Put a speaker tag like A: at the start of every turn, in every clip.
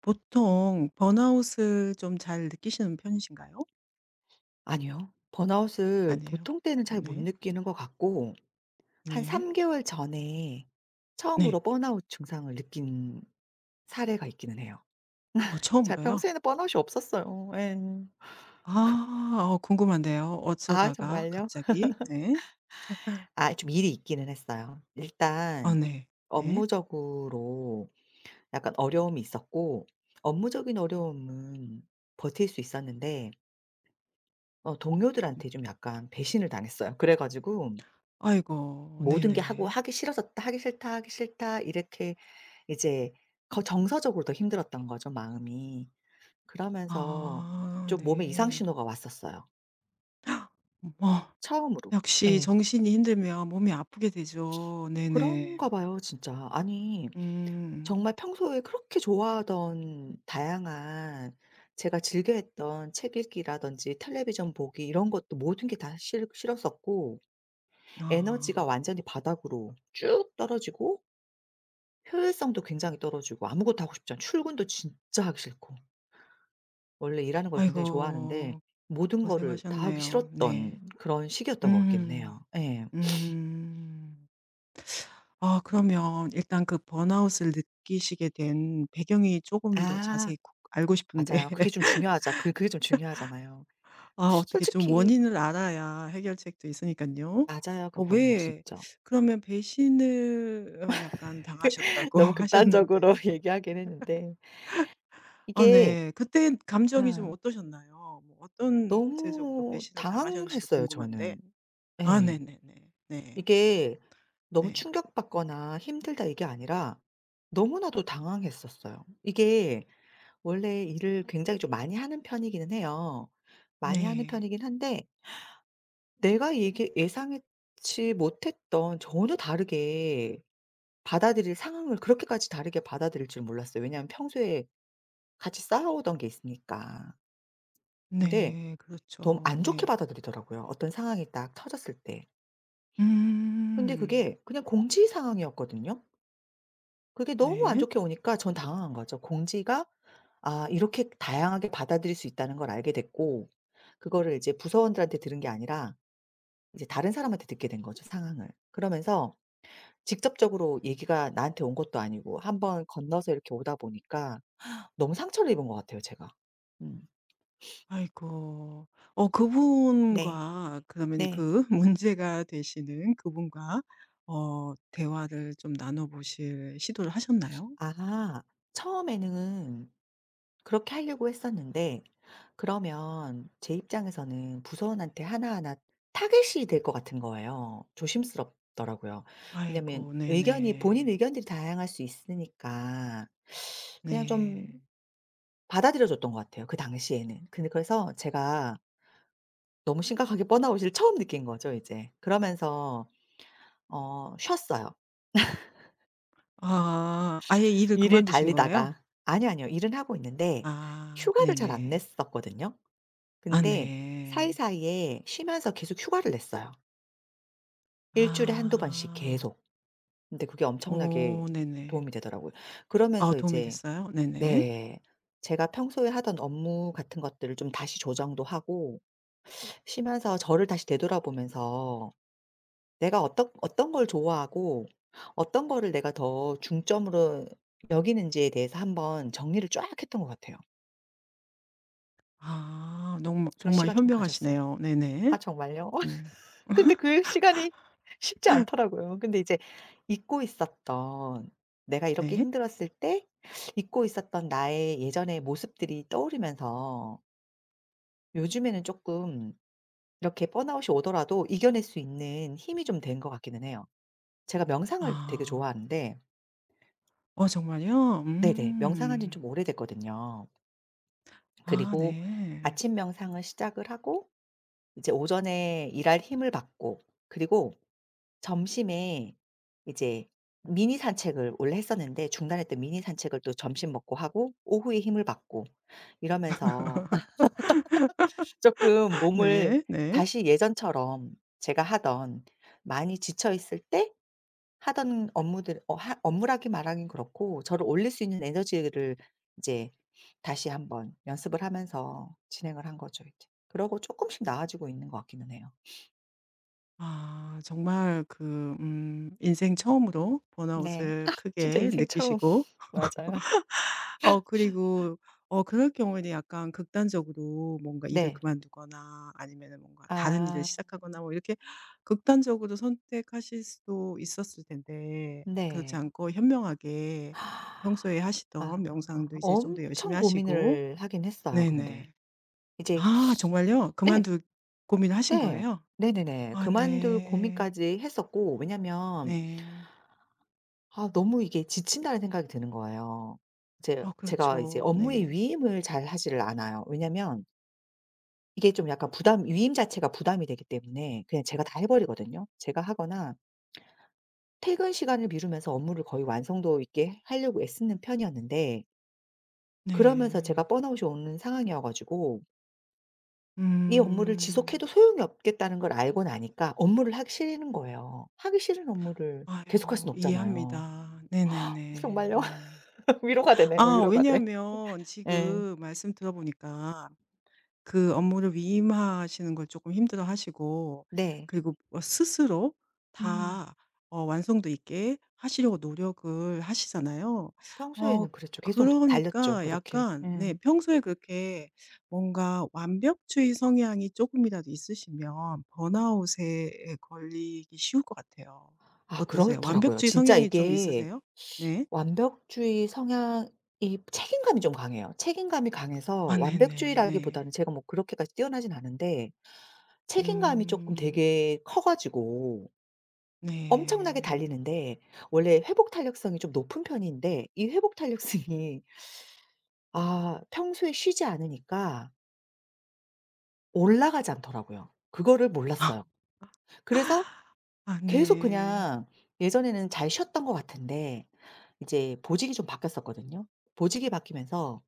A: 보통 번아웃을 좀 잘 느끼시는 편이신가요?
B: 아니요. 번아웃을
A: 아니에요.
B: 보통 때는 잘 못
A: 네.
B: 느끼는 것 같고 한
A: 네.
B: 3개월 개월 전에
A: 네.
B: 처음으로 번아웃 증상을 느낀 사례가 있기는 해요. 잘
A: 처음으로요?
B: 평소에는 번아웃이 없었어요. 예.
A: 궁금한데요.
B: 아
A: 어쩌다가
B: 정말요?
A: 갑자기 네.
B: 아 좀 일이 있기는 했어요.
A: 아,
B: 일단
A: 네. 네.
B: 업무적으로 약간 어려움이 있었고 업무적인 어려움은 버틸 수 있었는데 동료들한테 좀 약간 배신을 당했어요. 그래 가지고
A: 아이고,
B: 모든 게 하고
A: 네네.
B: 하기 싫어졌다. 하기 싫다, 하기 싫다. 이렇게 이제 거 정서적으로 더 힘들었던 거죠, 마음이. 그러면서
A: 아
B: 좀 몸에 이상
A: 네.
B: 신호가 왔었어요,
A: 뭐
B: 처음으로.
A: 역시
B: 예.
A: 정신이 힘들면 몸이 아프게 되죠.
B: 그런가
A: 네네.
B: 봐요, 진짜. 아니
A: 음.
B: 정말 평소에 그렇게 좋아하던 다양한, 제가 즐겨 했던 책 읽기라든지 텔레비전 보기 이런 것도 모든 게 다 싫 싫었었고 에너지가
A: 아.
B: 완전히 바닥으로 쭉 떨어지고 효율성도 굉장히 떨어지고 아무것도 하고 싶지 않, 출근도 진짜 하기 싫고, 원래 일하는 걸 굉장히 좋아하는데
A: 아이고,
B: 모든 거를 다 하기
A: 고생하셨네요.
B: 싫었던
A: 네.
B: 그런 시기였던 것 같긴
A: 음.
B: 해요. 예.
A: 음. 아 그러면 일단 그 번아웃을 느끼시게 된 배경이 조금 더
B: 아
A: 자세히 구 알고 싶은데.
B: 맞아요. 그게 좀 중요하잖아요.
A: 아 어떻게 좀
B: 솔직히
A: 원인을 알아야 해결책도 있으니까요.
B: 맞아요,
A: 어
B: 그거는
A: 왜
B: 진짜.
A: 그러면 배신을 약간 당하셨다고
B: 너무
A: 하셨는데.
B: 극단적으로 얘기하긴 했는데
A: 아
B: 이게,
A: 네. 그때 감정이 좀
B: 아
A: 어떠셨나요? 뭐 어떤 구체적으로
B: 너무
A: 배신을 당하셨는지도
B: 당황했어요,
A: 궁금한데.
B: 저는.
A: 아
B: 예.
A: 네네네. 네.
B: 이게 너무
A: 네.
B: 충격받거나 힘들다 이게 아니라 너무나도 당황했었어요. 이게 원래 일을 굉장히 좀 많이 하는 편이기는 해요. 많이 하는
A: 네.
B: 편이긴 한데 내가 이게 예상치 못했던, 전혀 다르게 받아들일, 상황을 그렇게까지 다르게 받아들일 줄 몰랐어요. 왜냐하면 평소에 같이 쌓아오던 게 있으니까. 근데
A: 네.
B: 너무
A: 그렇죠.
B: 안 좋게
A: 네.
B: 받아들이더라고요, 어떤 상황이 딱 터졌을 때. 근데
A: 음.
B: 그게 그냥 공지 상황이었거든요. 그게 너무 안
A: 네.
B: 좋게 오니까 전 당황한 거죠. 공지가 아 이렇게 다양하게 받아들일 수 있다는 걸 알게 됐고, 그거를 이제 부서원들한테 들은 게 아니라 이제 다른 사람한테 듣게 된 거죠, 상황을. 그러면서 직접적으로 얘기가 나한테 온 것도 아니고 한번 건너서 이렇게 오다 보니까 너무 상처를 입은 것 같아요, 제가. 음.
A: 아이고.
B: 네.
A: 그분과 그러면
B: 네.
A: 그 문제가 되시는 그분과 대화를 좀 나눠 보실 시도를 하셨나요?
B: 아 처음에는 그렇게 하려고 했었는데, 그러면 제 입장에서는 부서원한테 하나하나 타겟이 될 것 같은 거예요. 조심스럽더라고요. 왜냐면
A: 아이고,
B: 의견이, 본인
A: 네네.
B: 의견들이 다양할 수 있으니까 그냥 좀
A: 네.
B: 받아들여 줬던 것 같아요, 그 당시에는. 근데 그래서 제가 너무 심각하게 번아웃을 처음 느낀 거죠, 이제. 그러면서 쉬었어요.
A: 아, 아예 일을
B: 일을
A: 그만두신 거예요?
B: 달리다가. 아니요, 아니요. 일은 하고 있는데
A: 아
B: 휴가를 잘 안
A: 네네.
B: 냈었거든요.
A: 아
B: 근데
A: 네.
B: 사이사이에 쉬면서 계속 휴가를 냈어요. 일 주일에 한두 번씩
A: 아.
B: 계속. 근데 그게 엄청나게
A: 오, 네네.
B: 도움이 되더라고요.
A: 아,
B: 그러면서
A: 도움이
B: 이제,
A: 됐어요? 네네.
B: 네, 제가 평소에 하던 업무 같은 것들을 좀 다시 조정도 하고, 쉬면서 저를 다시 되돌아보면서 내가 어떤 어떤 걸 좋아하고 어떤 거를 내가 더 중점으로 여기는지에 대해서 한번 정리를 쫙 했던 것 같아요.
A: 아 너무
B: 그런
A: 정말
B: 시간 좀 가졌어요.
A: 현명하시네요. 네네.
B: 아 정말요?
A: 네.
B: 근데 그 시간이 쉽지 않더라고요. 근데 이제 잊고 있었던, 내가 이렇게
A: 네.
B: 힘들었을 때 잊고 있었던 나의 예전의 모습들이 떠오르면서 요즘에는 쪼끔 이렇게 번아웃이 오더라도 이겨낼 수 있는 힘이 좀 된 것 같기는 해요. 제가 명상을 되게
A: 아.
B: 좋아하는데,
A: 정말요?
B: 네네, 명상한 지는
A: 음.
B: 좀 오래됐거든요.
A: 아
B: 그리고
A: 네.
B: 아침 명상을 시작을 하고 이제 오전에 일할 힘을 받고, 그리고 점심에 이제 미니 산책을 원래 했었는데, 중단했던 미니 산책을 또 점심 먹고 하고 오후에 힘을 받고 이러면서 조금 몸을
A: 네 네.
B: 다시 예전처럼 제가 하던, 많이 지쳐 있을 때 하던 업무들, 어 하 업무라기 말하긴 그렇고 저를 올릴 수 있는 에너지를 이제 다시 한번 연습을 하면서 진행을 한 거죠, 이제. 그러고 조금씩 나아지고 있는 것 같기는 해요.
A: 아 정말 그 인생 처음으로
B: 네.
A: 번아웃을
B: 진짜
A: 크게
B: 인생 처음.
A: 느끼시고
B: 맞아요.
A: 그리고 그럴 경우에는 약간 극단적으로 뭔가 일을
B: 네.
A: 그만두거나 아니면은 뭔가 다른 일을
B: 아.
A: 시작하거나 뭐 이렇게 극단적으로 선택하실 수도 있었을 텐데, 그렇지
B: 네.
A: 않고 현명하게 평소에
B: 아
A: 하시던 명상도 이제 좀 더 열심히
B: 엄청
A: 하시고.
B: 고민을 하긴 했어요, 근데.
A: 네네.
B: 이제,
A: 아 정말요?
B: 네.
A: 그만둘 고민을 하신
B: 네.
A: 거예요?
B: 네네네.
A: 아
B: 그만둘
A: 네.
B: 고민까지 했었고, 왜냐면
A: 네.
B: 아 너무 이게 지친다는 생각이 드는 거예요. 이제
A: 아
B: 제가 이제
A: 그렇죠.
B: 업무의
A: 네.
B: 위임을 잘 하지를 않아요. 왜냐면 이게 좀 약간 부담, 위임 자체가 부담이 되기 때문에 그냥 제가 다 해 버리거든요. 제가 하거나 퇴근 시간을 미루면서 업무를 거의 완성도 있게 하려고 애쓰는 편이었는데, 그러면서 제가
A: 네.
B: 번아웃이 오는 상황이어 가지고 이 업무를
A: 음.
B: 지속해도 소용이 없겠다는 걸 알고 나니까 업무를 하기 싫은 거예요. 하기 싫은 업무를 계속할
A: 아유,
B: 수는 없잖아요.
A: 이해합니다. 네네네.
B: 정말요?
A: 음.
B: 위로가 되네요.
A: 아
B: 위로가 돼.
A: 왜냐하면
B: 예.
A: 지금 말씀 들어보니까 그 업무를 위임하시는 걸 조금 힘들어하시고,
B: 네.
A: 그리고 뭐 스스로
B: 음.
A: 다 완성도 있게 하시려고 노력을 하시잖아요. 어
B: 평소에는 그랬죠. 계속 달렸죠,
A: 그러니까
B: 그렇게.
A: 약간 네
B: 음.
A: 평소에 그렇게 뭔가 완벽주의 성향이 조금이라도 있으시면 번아웃에 걸리기 쉬울 것 같아요.
B: 아
A: 어떠세요?
B: 그렇더라고요.
A: 완벽주의
B: 진짜
A: 성향이 좀
B: 이게
A: 있으세요? 네.
B: 완벽주의 성향이, 책임감이 좀 강해요. 책임감이 강해서,
A: 아 네네 네.
B: 완벽주의라기보다는 제가 뭐 그렇게까지 뛰어나진 않은데 책임감이 조금
A: 음.
B: 되게 커 가지고 엄청나게
A: 네.
B: 달리는데, 원래 회복 탄력성이 좀 높은 편인데 이 회복 탄력성이 아 평소에 쉬지 않으니까 올라가지 않더라고요. 그거를 몰랐어요. 그래서
A: 아
B: 계속
A: 네.
B: 그냥, 예전에는 잘 쉬었던 것 같은데 이제 보직이 좀 바뀌었었거든요. 보직이 바뀌면서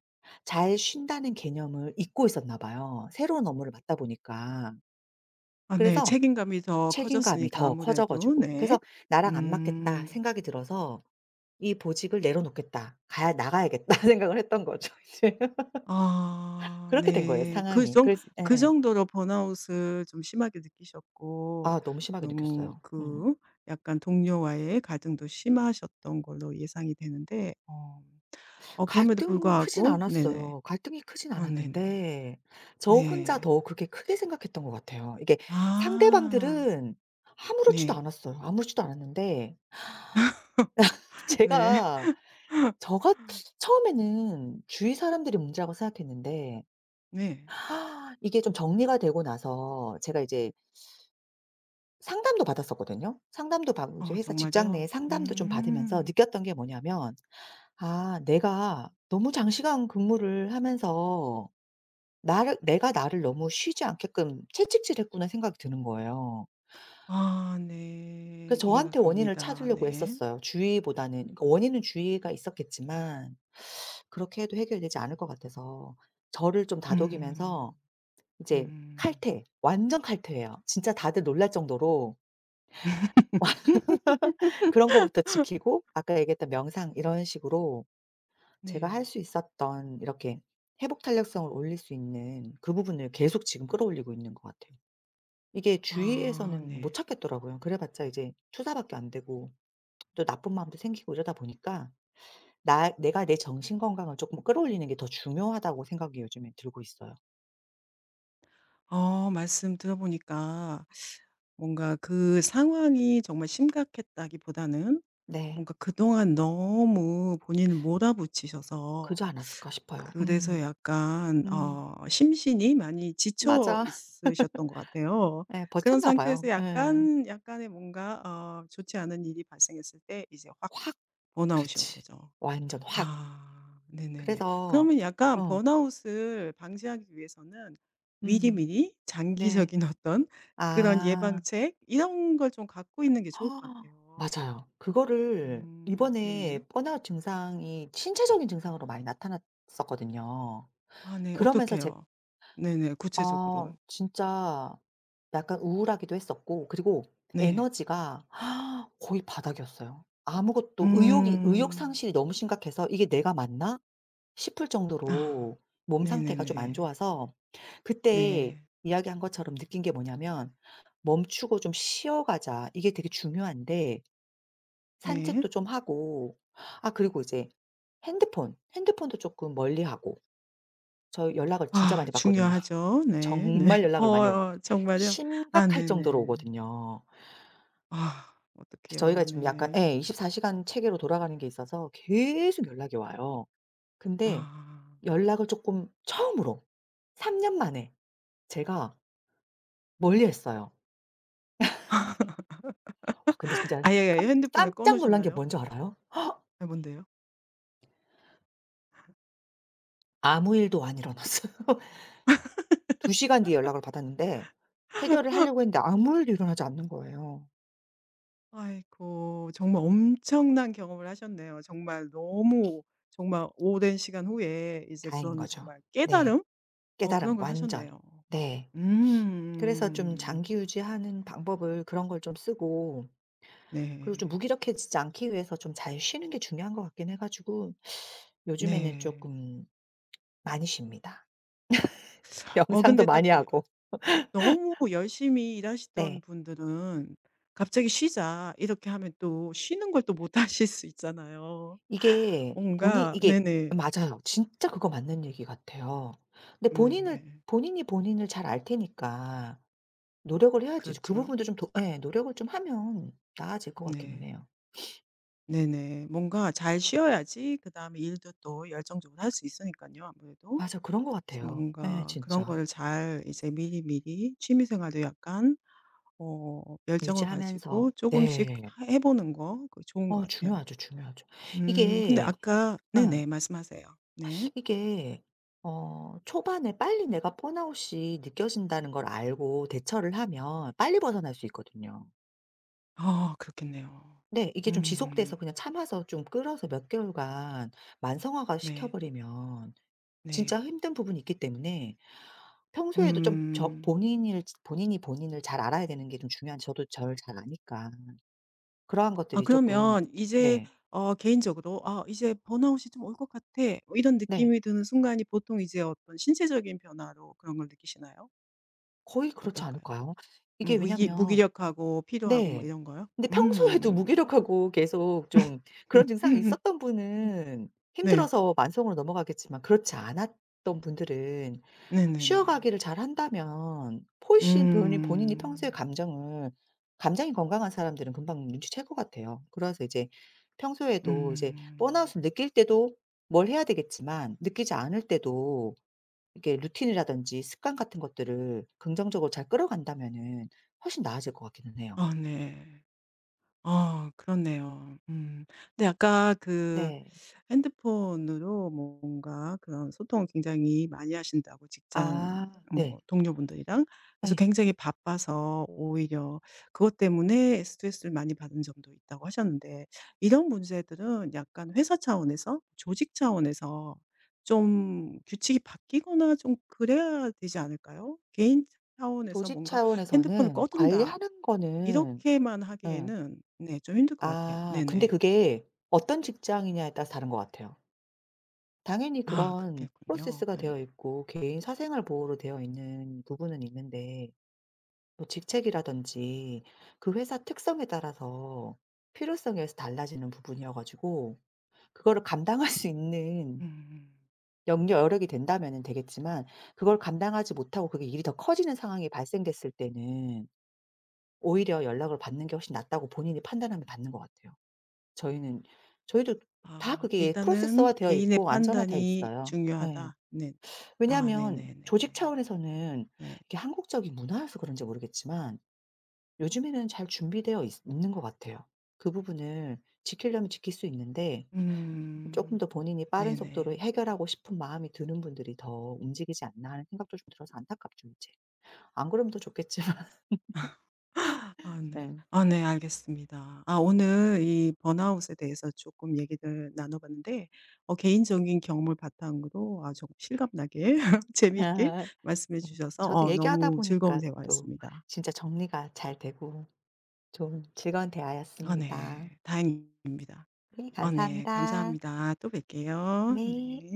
B: 잘 쉰다는 개념을 잊고 있었나 봐요, 새로운 업무를 맡다 보니까.
A: 아 네.
B: 그래서
A: 책임감이 더
B: 책임감이
A: 커졌으니까
B: 더 커져
A: 아무래도.
B: 가지고 그래서
A: 네.
B: '나랑 안 맞겠다.'
A: 음.
B: 생각이 들어서 '이 보직을 내려놓겠다. 가야 나가야겠다.' 생각을 했던 거죠, 이제.
A: 아
B: 그렇게 된 거예요,
A: 네. 그
B: 상황이.
A: 정
B: 그래서
A: 그
B: 예예.
A: 정도로 번아웃을 좀 심하게 느끼셨고,
B: 아 너무 심하게
A: 너무
B: 느꼈어요. 음.
A: 그 약간 동료와의 갈등도 심하셨던 걸로 예상이 되는데 어 그럼에도
B: 갈등 크진
A: 불구하고. 네네.
B: 않았어요. 갈등이 크진
A: 네네.
B: 않았는데 저 혼자
A: 네.
B: 더 그게 크게 생각했던 것 같아요. 이게
A: 아.
B: 상대방들은 아무렇지도
A: 네.
B: 않았어요. 아무렇지도 않았는데
A: 네.
B: 제가 저가 처음에는 주위 사람들이 문제라고 생각했는데,
A: 네.
B: 이게 좀 정리가 되고 나서 제가 이제 상담도 받았었거든요. 상담도 받고 이제 회사 직장 내에
A: 정말요?
B: 상담도 좀 받으면서
A: 음.
B: 느꼈던 게 뭐냐면 '아 내가 너무 장시간 근무를 하면서 나를 내가 나를 너무 쉬지 않게끔 채찍질했구나.' 생각이 드는 거예요.
A: 아
B: 그래서
A: 네. 이해가
B: 저한테 원인을
A: 갑니다.
B: 찾으려고 했었
A: 네.
B: 어요 주의보다는. 그러니까 원인은 주의가 있었겠지만 그렇게 해도 해결되지 않을 것 같아서 저를 좀
A: 음.
B: 다독이면서 이제
A: 음.
B: 칼퇴, 완전 칼퇴예요. 진짜 다들 놀랄 정도로 그런 거부터 지키고, 아까 얘기했던 명상, 이런 식으로 제가 할
A: 네.
B: 수 있었던, 이렇게 회복 탄력성을 올릴 수 있는 그 부분을 계속 지금 끌어올리고 있는 것 같아요. 이게
A: 아
B: 주위에서는 못
A: 네.
B: 찾겠더라고요. 그래 봤자 이제 투자밖에 안 되고 또 나쁜 마음도 생기고 이러다 보니까 나, 내가 내 정신 건강을 조금 끌어올리는 게 더 중요하다고 생각이 요즘에 들고 있어요.
A: 말씀 들어보니까 뭔가 그 상황이 정말 심각했다기보다는
B: 네.
A: 뭔가 그동안 너무 본인을
B: 그러지
A: 몰아붙이셔서
B: 않았을까 싶어요. 음.
A: 그래서 약간
B: 음.
A: 심신이 많이 지쳐
B: 맞아.
A: 있으셨던 것 같아요.
B: 예
A: 그런
B: 버텼나 봐요.
A: 상태에서
B: 예.
A: 약간 약간의 뭔가 좋지 않은 일이 발생했을 때 이제 확
B: 확
A: 번아웃이 온
B: 그렇지.
A: 거죠.
B: 완전 확.
A: 아 네네네.
B: 그래서
A: 그러면 약간
B: 어
A: 번아웃을 방지하기 위해서는
B: 음.
A: 미리미리
B: 네.
A: 장기적인 어떤 그런
B: 아.
A: 예방책 이런 걸 좀 갖고 있는 게 좋을 것
B: 허,
A: 같아요.
B: 맞아요. 그거를 이번에
A: 네네.
B: 번아웃 증상이 신체적인 증상으로 많이 나타났었거든요.
A: 아 네.
B: 그러면서 제,
A: 어떻게요? 네네.
B: 아
A: 구체적으로.
B: 진짜 약간 우울하기도 했었고, 그리고
A: 네.
B: 에너지가 거의 바닥이었어요. 아무것도 의욕이, 의욕
A: 음.
B: 상실이 너무 심각해서 '이게 내가 맞나?' 싶을
A: 아.
B: 정도로 몸 상태가 좀 안
A: 네네네.
B: 좋아서. 그때
A: 네.
B: 이야기한 것처럼 느낀 게 뭐냐면 '멈추고 좀 쉬어 가자.' 이게 되게 중요한데,
A: 네.
B: 산책도 좀 하고, 아 그리고 이제 핸드폰도 쪼끔 멀리하고. 저 연락을 진짜
A: 아
B: 많이 받거든요.
A: 중요하죠. 네. 네.
B: 정말 연락을 많이 오고
A: 정말요? 아
B: 심각할 정도로
A: 네네.
B: 오거든요.
A: 아
B: 저희가
A: 어떡해요.
B: 지금 약간
A: 네네.
B: 예 24시간 시간 체계로 돌아가는 게 있어서 계속 연락이 와요. 근데
A: 아.
B: 연락을 쪼끔 처음으로 3년 만에 제가 멀리했어요. 와 근데 진짜
A: 아예,
B: 깜
A: 아예 핸드폰을 꺼
B: 깜짝 놀란 게
A: 놓으셨나요?
B: 뭔지 알아요?
A: 아 뭔데요?
B: 아무 일도 안 일어났어요. 두 시간 뒤에 연락을 받았는데, 해결을 하려고 했는데 아무 일도 일어나지 않는 거예요.
A: 아이고 정말 엄청난 경험을 하셨네요. 정말 너무 정말 오랜 시간 후에 이제
B: 다행인
A: 그런
B: 거죠.
A: 정말
B: 네.
A: 깨달음?
B: 깨달음
A: 그런 걸
B: 완전.
A: 하셨네요.
B: 네. 그래서 좀
A: 음.
B: 장기 유지하는 방법을, 그런 걸 좀 쓰고, 그리고 좀
A: 네.
B: 무기력해지지 않기 위해서 좀 잘 쉬는 게 중요한 것 같긴 해 가지고 요즘에는
A: 네.
B: 쪼끔 많이 쉽니다. 명상도
A: 근데 딱
B: 많이
A: 그
B: 하고.
A: 너무 열심히 일하시던
B: 네.
A: 분들은 "갑자기 쉬자." 이렇게 하면 또 쉬는 걸 또 못 하실 수 있잖아요.
B: 이게 본인,
A: 뭔가
B: 이게
A: 네네.
B: 맞아요. 진짜 그거 맞는 얘기 같아요. 근데 본인을
A: 네네.
B: 본인이 본인을 잘 알 테니까 노력을 해야지. 그
A: 그렇죠.
B: 부분도 좀 더 예 노력을 좀 하면 나아질 것 같기는
A: 네.
B: 해요.
A: 네네. 뭔가 잘 쉬어야지 그다음에 일도 또 열정적으로 할 수 있으니까요 아무래도.
B: 맞아. 그런 것
A: 그래서
B: 같아요. 예
A: 뭔가 그런
B: 진짜.
A: 거를 잘 이제 미리미리 취미 생활도 약간 어 열정을
B: 유지하면서.
A: 가지고 조금씩
B: 네.
A: 하 해 보는 거 그거 좋은 것
B: 어
A: 같아요.
B: 중요하죠, 중요하죠. 이게
A: 근데
B: 예
A: 아까 네네. 말씀하세요. 네.
B: 이게 초반에 빨리 내가 번아웃이 느껴진다는 걸 알고 대처를 하면 빨리 벗어날 수 있거든요.
A: 아 그렇겠네요.
B: 네. 이게 좀 지속돼서
A: 음
B: 그냥 참아서 좀 끓여서 몇 개월간 만성화가
A: 네.
B: 시켜버리면 진짜
A: 네.
B: 힘든 부분이 있기 때문에, 평소에도 좀 저,
A: 음.
B: 본인을 본인이 본인을 잘 알아야 되는 게 좀 중요한, 저도 저를 잘 아니까 그러한
A: 아
B: 것들이 조금.
A: 그러면 이제
B: 네.
A: 개인적으로 '아 이제 번아웃이 좀 올 것 같아.' 뭐 이런
B: 네.
A: 느낌이 드는 순간이 보통 이제 어떤 신체적인 변화로 그런 걸 느끼시나요?
B: 거의 그렇지
A: 어떨까요?
B: 않을까요? 이게 왜냐면,
A: 무기력하고 피로하고 뭐
B: 네,
A: 이런 거요?
B: 근데 평소에도
A: 음.
B: 무기력하고 계속 좀 그런 증상이 있었던 분은
A: 네.
B: 힘들어서 만성으로 넘어가겠지만, 그렇지 않았던 분들은
A: 네네네.
B: 쉬어가기를 잘한다면 훨씬 본인, 본인이 평소의
A: 음.
B: 감정을, 감정이 건강한 사람들은 금방 눈치챌 것 같아요. 그래서 이제 평소에도 이제
A: 음.
B: 번아웃을 느낄 때도 뭘 해야 되겠지만 느끼지 않을 때도 이렇게 루틴이라든지 습관 같은 것들을 긍정적으로 잘 끌어간다면은 훨씬 나아질 것 같기는 해요.
A: 아 네. 아 그렇네요. 음. 근데 아까 그
B: 네.
A: 핸드폰으로 뭔가 그런 소통을 굉장히 많이 하신다고 직장
B: 아 네.
A: 뭐 동료분들이랑. 그래서
B: 예.
A: 굉장히 바빠서 오히려 그것 때문에 스트레스를 많이 받은 점도 있다고 하셨는데 이런 문제들은 약간 회사 차원에서 조직 차원에서 좀 규칙이 바뀌거나 좀 그래야 되지 않을까요? 개인 차원에서
B: 조직
A: 뭔가 '핸드폰을
B: 차원에서는
A: 꺼둔다.'
B: 관리하는 거는,
A: 이렇게만
B: 예,
A: 하기에는 네 좀 힘들 것 같아요.
B: 아 근데
A: 네네.
B: 그게 어떤 직장이냐에 따라서 다른 것 같아요. 당연히
A: 아
B: 그런
A: 그렇겠군요.
B: 프로세스가
A: 네네.
B: 되어 있고 개인 사생활 보호로 되어 있는 부분은 있는데, 뭐 직책이라든지 그 회사 특성에 따라서 필요성에 의해서 달라지는 부분이어 가지고, 그거를 감당할 수 있는
A: 음.
B: 영려 여력이 된다면은 되겠지만 그걸 감당하지 못하고 그게 일이 더 커지는 상황이 발생됐을 때는 오히려 연락을 받는 게 훨씬 낫다고 본인이 판단하면 받는 것 같아요. 저희는, 저희도 다
A: 아
B: 그게
A: 일단은
B: 프로세스화 되어
A: '개인의
B: 있고 안전화돼
A: 판단이
B: 있어요. 예.
A: 중요하다.' 네. 아
B: 왜냐하면 조직
A: 네네네네.
B: 차원에서는
A: 네.
B: 이게 한국적인 문화여서 그런지 모르겠지만 요즘에는 잘 준비되어 있 있는 것 같아요. 그 부분을 지키려면 지킬 수 있는데, 조금
A: 음.
B: 더 본인이 빠른 속도로
A: 네네.
B: 해결하고 싶은 마음이 드는 분들이 더 움직이지 않나 하는 생각도 좀 들어서 안타깝죠, 이제. 안 그러면 더 좋겠지만.
A: 아 네.
B: 예.
A: 아 네 알겠습니다. 아 오늘 이 번아웃에 대해서 조금 얘기를 나눠 봤는데 개인적인 경험을 바탕으로 아 조금 실감나게 재미있게
B: 아,
A: 말씀해
B: 예.
A: 주셔서
B: 저도 얘기하다
A: 너무 즐거운
B: 보니까 또
A: 대화였습니다.
B: 진짜 정리가 잘 되고 좋은 즐거운
A: 아
B: 대화였습니다.
A: 네. 다행입니다.
B: 네
A: 아 네.
B: 감사합니다.
A: 감사합니다. 또 뵐게요.
B: 네.
A: 네.